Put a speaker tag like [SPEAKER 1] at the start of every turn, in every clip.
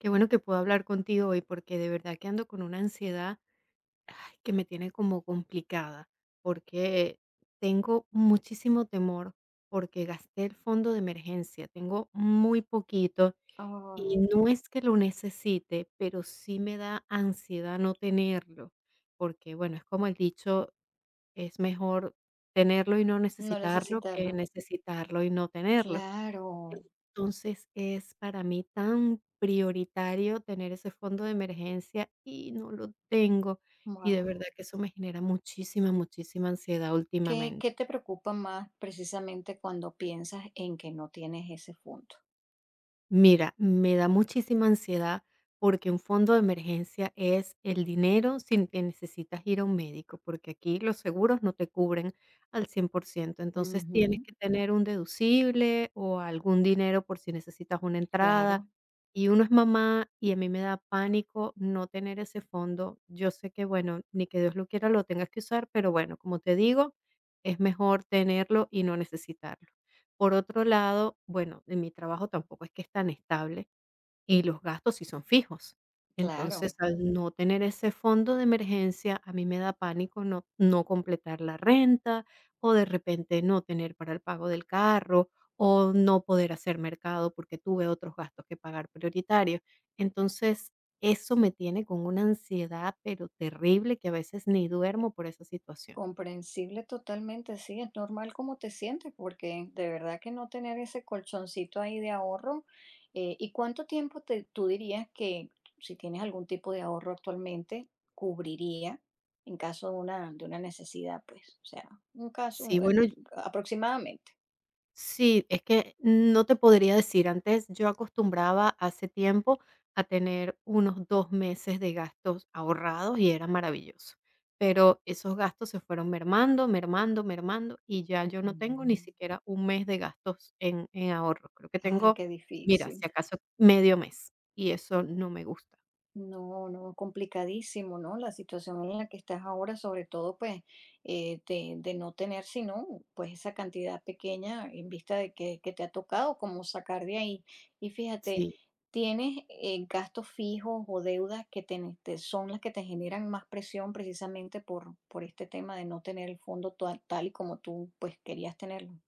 [SPEAKER 1] Qué bueno que puedo hablar contigo hoy porque de verdad que ando con una ansiedad ay, que me tiene como complicada, porque tengo muchísimo temor porque gasté el fondo de emergencia, tengo muy poquito y
[SPEAKER 2] Ay,
[SPEAKER 1] no es que lo necesite, pero sí me da ansiedad no tenerlo, porque bueno, es como el dicho, es mejor tenerlo y no
[SPEAKER 2] no
[SPEAKER 1] necesitarlo que
[SPEAKER 2] necesitarlo.
[SPEAKER 1] necesitarlo y no tenerlo.
[SPEAKER 2] Claro,
[SPEAKER 1] Entonces, es para mí tan prioritario tener ese fondo de emergencia y no lo tengo. Y de
[SPEAKER 2] wow.
[SPEAKER 1] verdad que eso me genera muchísima, muchísima ansiedad
[SPEAKER 2] ¿Qué,
[SPEAKER 1] últimamente.
[SPEAKER 2] qué te preocupa más precisamente cuando piensas en que no tienes ese fondo?
[SPEAKER 1] Mira, me da muchísima ansiedad porque un fondo de emergencia es el dinero sin que necesitas ir a un médico, porque aquí los seguros no te cubren al 100%. Entonces tienes
[SPEAKER 2] Ujú.
[SPEAKER 1] que tener un deducible o algún dinero por si necesitas una entrada.
[SPEAKER 2] Claro,
[SPEAKER 1] Y uno es mamá y a mí me da pánico no tener ese fondo. Yo sé que, bueno, ni que Dios lo quiera lo tengas que usar, pero bueno, como te digo, es mejor tenerlo y no necesitarlo. Por otro lado, bueno, en mi trabajo tampoco es que es tan estable y los gastos sí son fijos. Entonces,
[SPEAKER 2] claro.
[SPEAKER 1] al no tener ese fondo de emergencia, a mí me da pánico no, no completar la renta o de repente no tener para el pago del carro o no poder hacer mercado porque tuve otros gastos que pagar prioritarios. Entonces, eso me tiene con una ansiedad, pero terrible, que a veces ni duermo por esa situación.
[SPEAKER 2] Comprensible totalmente, sí, es normal cómo te sientes, porque de verdad que no tener ese colchoncito ahí de ahorro. ¿Y cuánto tiempo tú dirías que, si tienes algún tipo de ahorro actualmente, cubriría en caso de una, necesidad, pues, o sea, un
[SPEAKER 1] Sí,
[SPEAKER 2] caso,
[SPEAKER 1] bueno.
[SPEAKER 2] aproximadamente?
[SPEAKER 1] Sí, es que no te podría decir. Antes yo acostumbraba hace tiempo a tener unos 2 meses de gastos ahorrados y era maravilloso. Pero esos gastos se fueron mermando, mermando, mermando y ya yo no tengo ni
[SPEAKER 2] Mm.
[SPEAKER 1] siquiera un mes de gastos en ahorros. Creo que
[SPEAKER 2] Ay,
[SPEAKER 1] tengo,
[SPEAKER 2] qué
[SPEAKER 1] mira, si
[SPEAKER 2] difícil.
[SPEAKER 1] acaso medio mes y eso no me gusta.
[SPEAKER 2] No, no, complicadísimo, ¿no? La situación en la que estás ahora, sobre todo, pues, de no tener sino, pues, esa cantidad pequeña en vista de que te ha tocado, como sacar de ahí. Y fíjate,
[SPEAKER 1] Sí.
[SPEAKER 2] tienes, gastos fijos o deudas que son las que te generan más presión precisamente por este tema de no tener el fondo, tal y como tú, pues, querías tenerlo.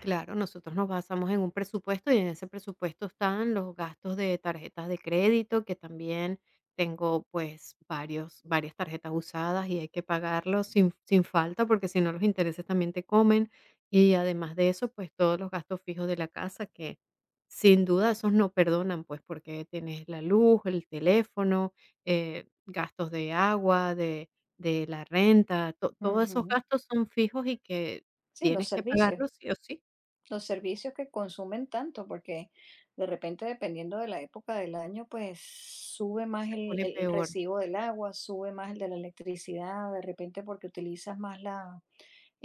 [SPEAKER 1] Claro, nosotros nos basamos en un presupuesto y en ese presupuesto están los gastos de tarjetas de crédito, que también tengo pues varias tarjetas usadas y hay que pagarlos sin falta porque si no los intereses también te comen. Y además de eso, pues todos los gastos fijos de la casa que sin duda esos no perdonan, pues porque tienes la luz, el teléfono, gastos de agua, de la renta, todos esos
[SPEAKER 2] Ujú.
[SPEAKER 1] gastos son fijos y que
[SPEAKER 2] Sí, los
[SPEAKER 1] tienes que
[SPEAKER 2] servicios.
[SPEAKER 1] pagarlos sí o sí.
[SPEAKER 2] Los servicios que consumen tanto, porque de repente, dependiendo de la época del año, pues sube más
[SPEAKER 1] Se
[SPEAKER 2] el,
[SPEAKER 1] pone
[SPEAKER 2] el
[SPEAKER 1] peor.
[SPEAKER 2] recibo del agua, sube más el de la electricidad, de repente porque utilizas más la,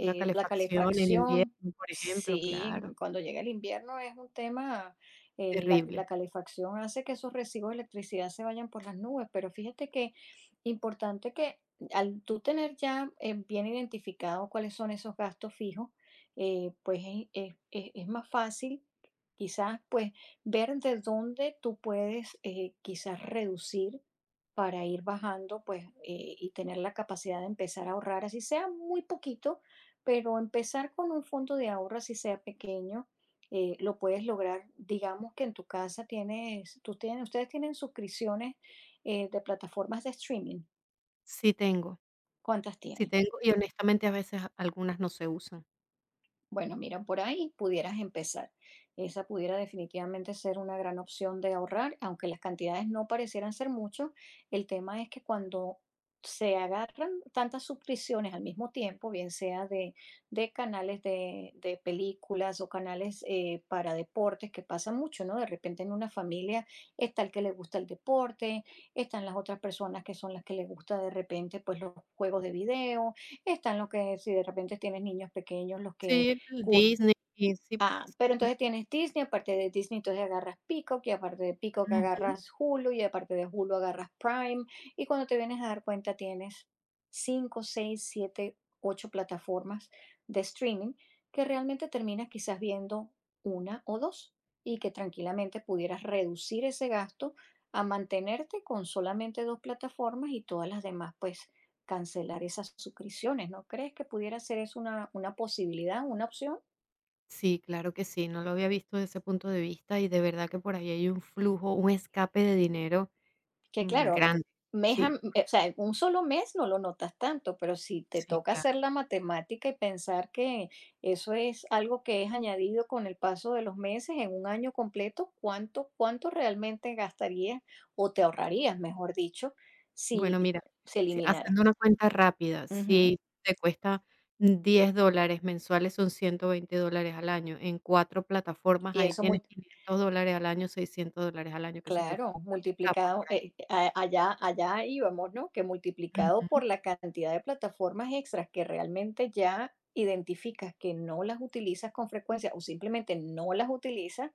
[SPEAKER 1] La
[SPEAKER 2] la
[SPEAKER 1] calefacción en
[SPEAKER 2] calefacción.
[SPEAKER 1] invierno, por ejemplo,
[SPEAKER 2] Sí,
[SPEAKER 1] claro,
[SPEAKER 2] cuando llega el invierno es un tema. eh, la,
[SPEAKER 1] terrible.
[SPEAKER 2] la calefacción hace que esos recibos de electricidad se vayan por las nubes, pero fíjate que importante que al tú tener ya, bien identificado cuáles son esos gastos fijos. Pues es más fácil, quizás, pues, ver de dónde tú puedes, quizás, reducir para ir bajando, pues, y tener la capacidad de empezar a ahorrar, así sea muy poquito, pero empezar con un fondo de ahorro, si sea pequeño. Lo puedes lograr. Digamos que en tu casa ustedes tienen suscripciones, de plataformas de streaming.
[SPEAKER 1] Sí tengo,
[SPEAKER 2] ¿Cuántas
[SPEAKER 1] sí
[SPEAKER 2] tienen?
[SPEAKER 1] tengo, y honestamente a veces algunas no se usan.
[SPEAKER 2] Bueno, mira, por ahí pudieras empezar. Esa pudiera definitivamente ser una gran opción de ahorrar, aunque las cantidades no parecieran ser mucho. El tema es que cuando se agarran tantas suscripciones al mismo tiempo, bien sea de canales de películas, o canales, para deportes, que pasa mucho, ¿no? De repente, en una familia está el que le gusta el deporte, están las otras personas que son las que le gusta de repente, pues, los juegos de video, están los que, si de repente tienes niños pequeños,
[SPEAKER 1] Sí, el
[SPEAKER 2] Gus-
[SPEAKER 1] Disney, y sí,
[SPEAKER 2] Ah,
[SPEAKER 1] pues,
[SPEAKER 2] pero
[SPEAKER 1] ujú.
[SPEAKER 2] entonces tienes Disney, aparte de Disney entonces agarras Peacock, y aparte de Peacock agarras Hulu, y aparte de Hulu agarras Prime, y cuando te vienes a dar cuenta tienes cinco, seis, siete, 8 plataformas de streaming que realmente terminas quizás viendo una o dos, y que tranquilamente pudieras reducir ese gasto a mantenerte con solamente dos plataformas, y todas las demás, pues, cancelar esas suscripciones. ¿No crees que pudiera ser eso una posibilidad, una opción?
[SPEAKER 1] Sí, claro que sí, no lo había visto desde ese punto de vista y de verdad que por ahí hay un flujo, un escape de dinero,
[SPEAKER 2] Que claro.
[SPEAKER 1] grande.
[SPEAKER 2] mes
[SPEAKER 1] Sí,
[SPEAKER 2] a- o sea, en un solo mes no lo notas tanto, pero si te
[SPEAKER 1] sí,
[SPEAKER 2] toca hacer
[SPEAKER 1] claro.
[SPEAKER 2] la matemática y pensar que eso es algo que es añadido con el paso de los meses en un año completo, ¿cuánto realmente gastarías, o te ahorrarías, mejor dicho, si
[SPEAKER 1] Bueno, mira,
[SPEAKER 2] se
[SPEAKER 1] si
[SPEAKER 2] eliminara?
[SPEAKER 1] haciendo una cuenta rápida,
[SPEAKER 2] Ujú.
[SPEAKER 1] si te cuesta $10 mensuales, son $120 al año. En 4 plataformas,
[SPEAKER 2] Y
[SPEAKER 1] ahí
[SPEAKER 2] eso
[SPEAKER 1] tienes $500 al año, $600 al año que se te
[SPEAKER 2] Claro,
[SPEAKER 1] se te escapan
[SPEAKER 2] multiplicado,
[SPEAKER 1] por ahí.
[SPEAKER 2] allá íbamos, ¿no? Que multiplicado
[SPEAKER 1] Ujú.
[SPEAKER 2] por la cantidad de plataformas extras que realmente ya identificas que no las utilizas con frecuencia, o simplemente no las utilizas,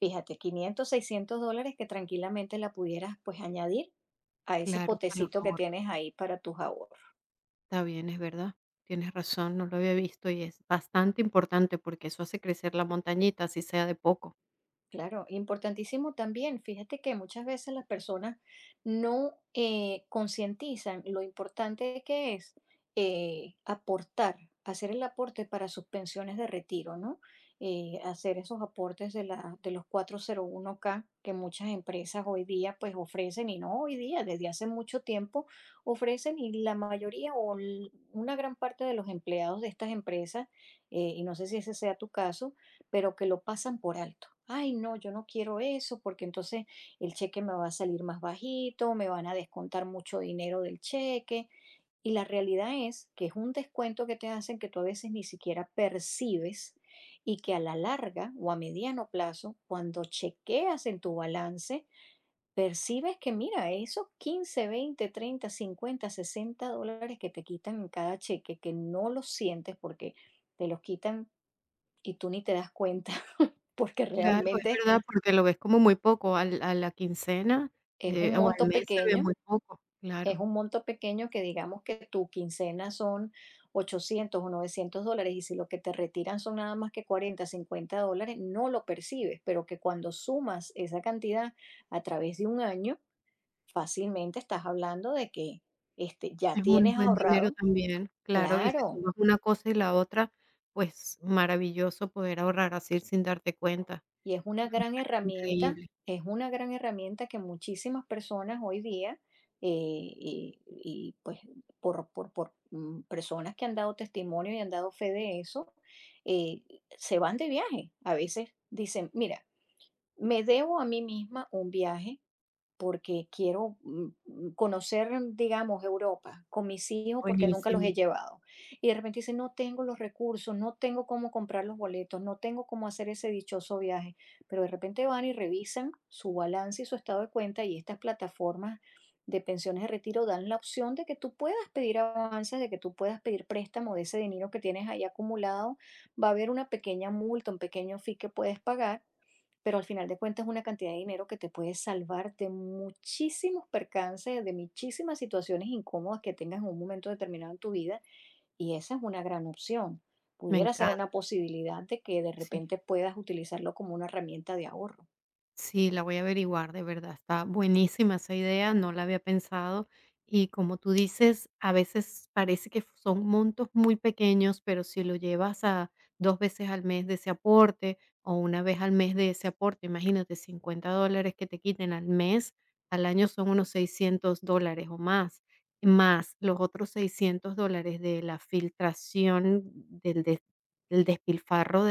[SPEAKER 2] fíjate, $500, $600 que tranquilamente la pudieras, pues, añadir a ese
[SPEAKER 1] Claro, a los
[SPEAKER 2] potecito que
[SPEAKER 1] ahorros.
[SPEAKER 2] tienes ahí para tus ahorros.
[SPEAKER 1] Está bien, es verdad. Tienes razón, no lo había visto y es bastante importante porque eso hace crecer la montañita, así sea de poco.
[SPEAKER 2] Claro, importantísimo también. Fíjate que muchas veces las personas no, concientizan lo importante que es, aportar, hacer el aporte para sus pensiones de retiro, ¿no? Hacer esos aportes de los 401(k) que muchas empresas hoy día, pues, ofrecen. Y no hoy día, desde hace mucho tiempo ofrecen, y la mayoría, una gran parte de los empleados de estas empresas, y no sé si ese sea tu caso, pero que lo pasan por alto. Ay, no, yo no quiero eso porque entonces el cheque me va a salir más bajito, me van a descontar mucho dinero del cheque. Y la realidad es que es un descuento que te hacen, que tú a veces ni siquiera percibes, y que a la larga, o a mediano plazo, cuando chequeas en tu balance, percibes que, mira, esos $15, $20, $30, $50, $60 que te quitan en cada cheque, que no los sientes porque te los quitan y tú ni te das cuenta, porque
[SPEAKER 1] Claro, es
[SPEAKER 2] realmente
[SPEAKER 1] verdad, porque lo ves como muy poco, al a la quincena,
[SPEAKER 2] es un
[SPEAKER 1] o al
[SPEAKER 2] monto
[SPEAKER 1] mes se ve
[SPEAKER 2] pequeño,
[SPEAKER 1] muy poco, claro.
[SPEAKER 2] es un monto pequeño. Que digamos que tu quincena son $800 o $900, y si lo que te retiran son nada más que $40, $50, no lo percibes, pero que cuando sumas esa cantidad a través de un año, fácilmente estás hablando de que, ya
[SPEAKER 1] Es un
[SPEAKER 2] tienes
[SPEAKER 1] buen dinero
[SPEAKER 2] ahorrado.
[SPEAKER 1] también, claro, y si
[SPEAKER 2] Claro.
[SPEAKER 1] sumas una cosa y la otra, pues maravilloso poder ahorrar así sin darte cuenta.
[SPEAKER 2] Y es una
[SPEAKER 1] Me
[SPEAKER 2] gran
[SPEAKER 1] parece
[SPEAKER 2] herramienta,
[SPEAKER 1] increíble,
[SPEAKER 2] es una gran herramienta que muchísimas personas hoy día, eh, y, y, pues personas que han dado testimonio y han dado fe de eso. eh, Se van de viaje. A veces dicen, mira, me debo a mí misma un viaje porque quiero, conocer, digamos, Europa con mis hijos, porque nunca los
[SPEAKER 1] buenísimo,
[SPEAKER 2] he llevado. Y de repente dice, no tengo los recursos, no tengo cómo comprar los boletos, no tengo cómo hacer ese dichoso viaje. Pero de repente van y revisan su balance y su estado de cuenta, y estas plataformas de pensiones de retiro dan la opción de que tú puedas pedir avances, de que tú puedas pedir préstamo de ese dinero que tienes ahí acumulado. Va a haber una pequeña multa, un pequeño fee que puedes pagar, pero al final de cuentas es una cantidad de dinero que te puede salvar de muchísimos percances, de muchísimas situaciones incómodas que tengas en un momento determinado en tu vida, y esa es una gran opción.
[SPEAKER 1] me
[SPEAKER 2] Pudiera ser
[SPEAKER 1] encanta,
[SPEAKER 2] una posibilidad de que de
[SPEAKER 1] sí.
[SPEAKER 2] repente puedas utilizarlo como una herramienta de ahorro.
[SPEAKER 1] Sí, la voy a averiguar, de verdad, está buenísima esa idea, no la había pensado. Y como tú dices, a veces parece que son montos muy pequeños, pero si lo llevas a dos veces al mes de ese aporte o una vez al mes de ese aporte, imagínate, $50 que te quiten al mes, al año son unos $600 o más, más los otros $600 de la filtración del, des- del despilfarro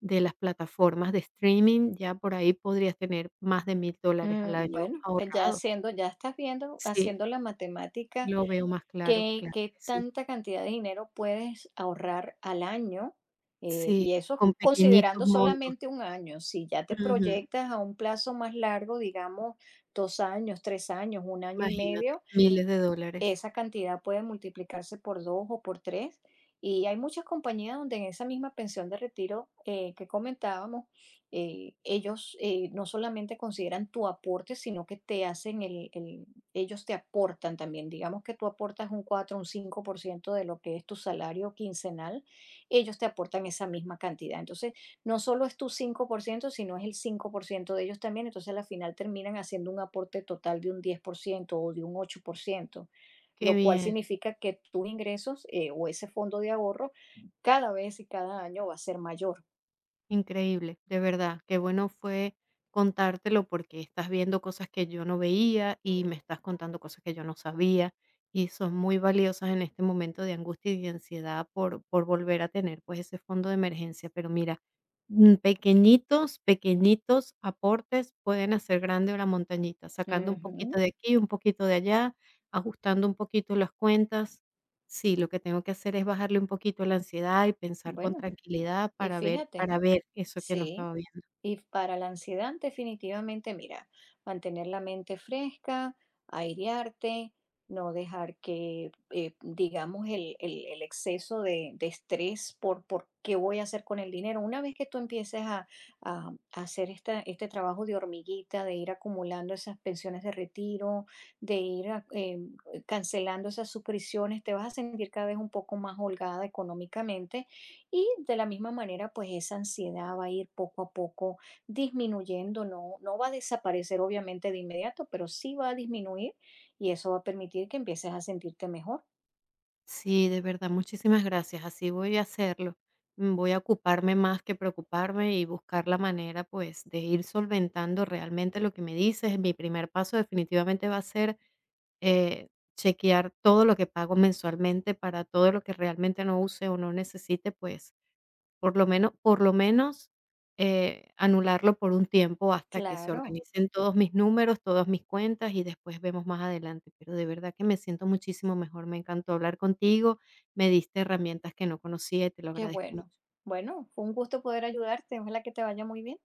[SPEAKER 1] de las plataformas de streaming, ya por ahí podrías tener más de $1,000 al
[SPEAKER 2] Mm,
[SPEAKER 1] año
[SPEAKER 2] bueno,
[SPEAKER 1] ahorrados.
[SPEAKER 2] ya estás viendo,
[SPEAKER 1] Sí,
[SPEAKER 2] haciendo la matemática.
[SPEAKER 1] lo veo más claro,
[SPEAKER 2] ¿Qué,
[SPEAKER 1] claro
[SPEAKER 2] qué
[SPEAKER 1] que sí.
[SPEAKER 2] tanta cantidad de dinero puedes ahorrar al año? Eh,
[SPEAKER 1] Sí,
[SPEAKER 2] y eso
[SPEAKER 1] con pequeñitos
[SPEAKER 2] considerando
[SPEAKER 1] montos.
[SPEAKER 2] solamente un año. Si ya te
[SPEAKER 1] Ujú,
[SPEAKER 2] proyectas a un plazo más largo, digamos, 2 años, 3 años, un año y
[SPEAKER 1] imagínate,
[SPEAKER 2] medio,
[SPEAKER 1] miles de dólares.
[SPEAKER 2] esa cantidad puede multiplicarse por dos o por tres. Y hay muchas compañías donde en esa misma pensión de retiro, que comentábamos, ellos, no solamente consideran tu aporte, sino que te hacen el- ellos te aportan también. Digamos que tú aportas un 4%, un 5% de lo que es tu salario quincenal, ellos te aportan esa misma cantidad. Entonces, no solo es tu 5%, sino es el 5% de ellos también. Entonces, al final terminan haciendo un aporte total de un 10%, o de un 8%,
[SPEAKER 1] Qué
[SPEAKER 2] lo cual
[SPEAKER 1] bien.
[SPEAKER 2] significa que tus ingresos, o ese fondo de ahorro, cada vez y cada año va a ser mayor.
[SPEAKER 1] Increíble, de verdad, qué bueno fue contártelo porque estás viendo cosas que yo no veía y me estás contando cosas que yo no sabía y son muy valiosas en este momento de angustia y de ansiedad por volver a tener pues ese fondo de emergencia. Pero mira, pequeñitos, pequeñitos aportes pueden hacer grande la montañita, sacando un poquito
[SPEAKER 2] Ujú.
[SPEAKER 1] de aquí, un poquito de allá, ajustando un poquito las cuentas. Sí, lo que tengo que hacer es bajarle un poquito la ansiedad y pensar con
[SPEAKER 2] Bueno,
[SPEAKER 1] tranquilidad
[SPEAKER 2] y
[SPEAKER 1] para ver
[SPEAKER 2] fíjate.
[SPEAKER 1] para ver eso que no
[SPEAKER 2] Sí,
[SPEAKER 1] estaba viendo.
[SPEAKER 2] y para la ansiedad definitivamente, mira, mantener la mente fresca, airearte, no dejar que, digamos, el exceso de estrés, por qué voy a hacer con el dinero. Una vez que tú empieces a hacer este trabajo de hormiguita, de ir acumulando esas pensiones de retiro, de ir cancelando esas suscripciones, te vas a sentir cada vez un poco más holgada económicamente, y de la misma manera, pues, esa ansiedad va a ir poco a poco disminuyendo. No, no va a desaparecer obviamente de inmediato, pero sí va a disminuir, y eso va a permitir que empieces a sentirte mejor.
[SPEAKER 1] Sí, de verdad, muchísimas gracias, así voy a hacerlo. Voy a ocuparme más que preocuparme y buscar la manera, pues, de ir solventando realmente lo que me dices. Mi primer paso definitivamente va a ser, eh, chequear todo lo que pago mensualmente para todo lo que realmente no use o no necesite, pues por lo menos por lo menos, anularlo por un tiempo hasta que se
[SPEAKER 2] Claro,
[SPEAKER 1] organicen todos mis números, todas mis cuentas y después vemos más adelante. Pero de verdad que me siento muchísimo mejor. Me encantó hablar contigo, me diste herramientas que no conocía y te lo
[SPEAKER 2] qué
[SPEAKER 1] agradezco
[SPEAKER 2] bueno.
[SPEAKER 1] mucho.
[SPEAKER 2] Bueno, fue un gusto poder ayudarte. Ojalá que te vaya muy bien.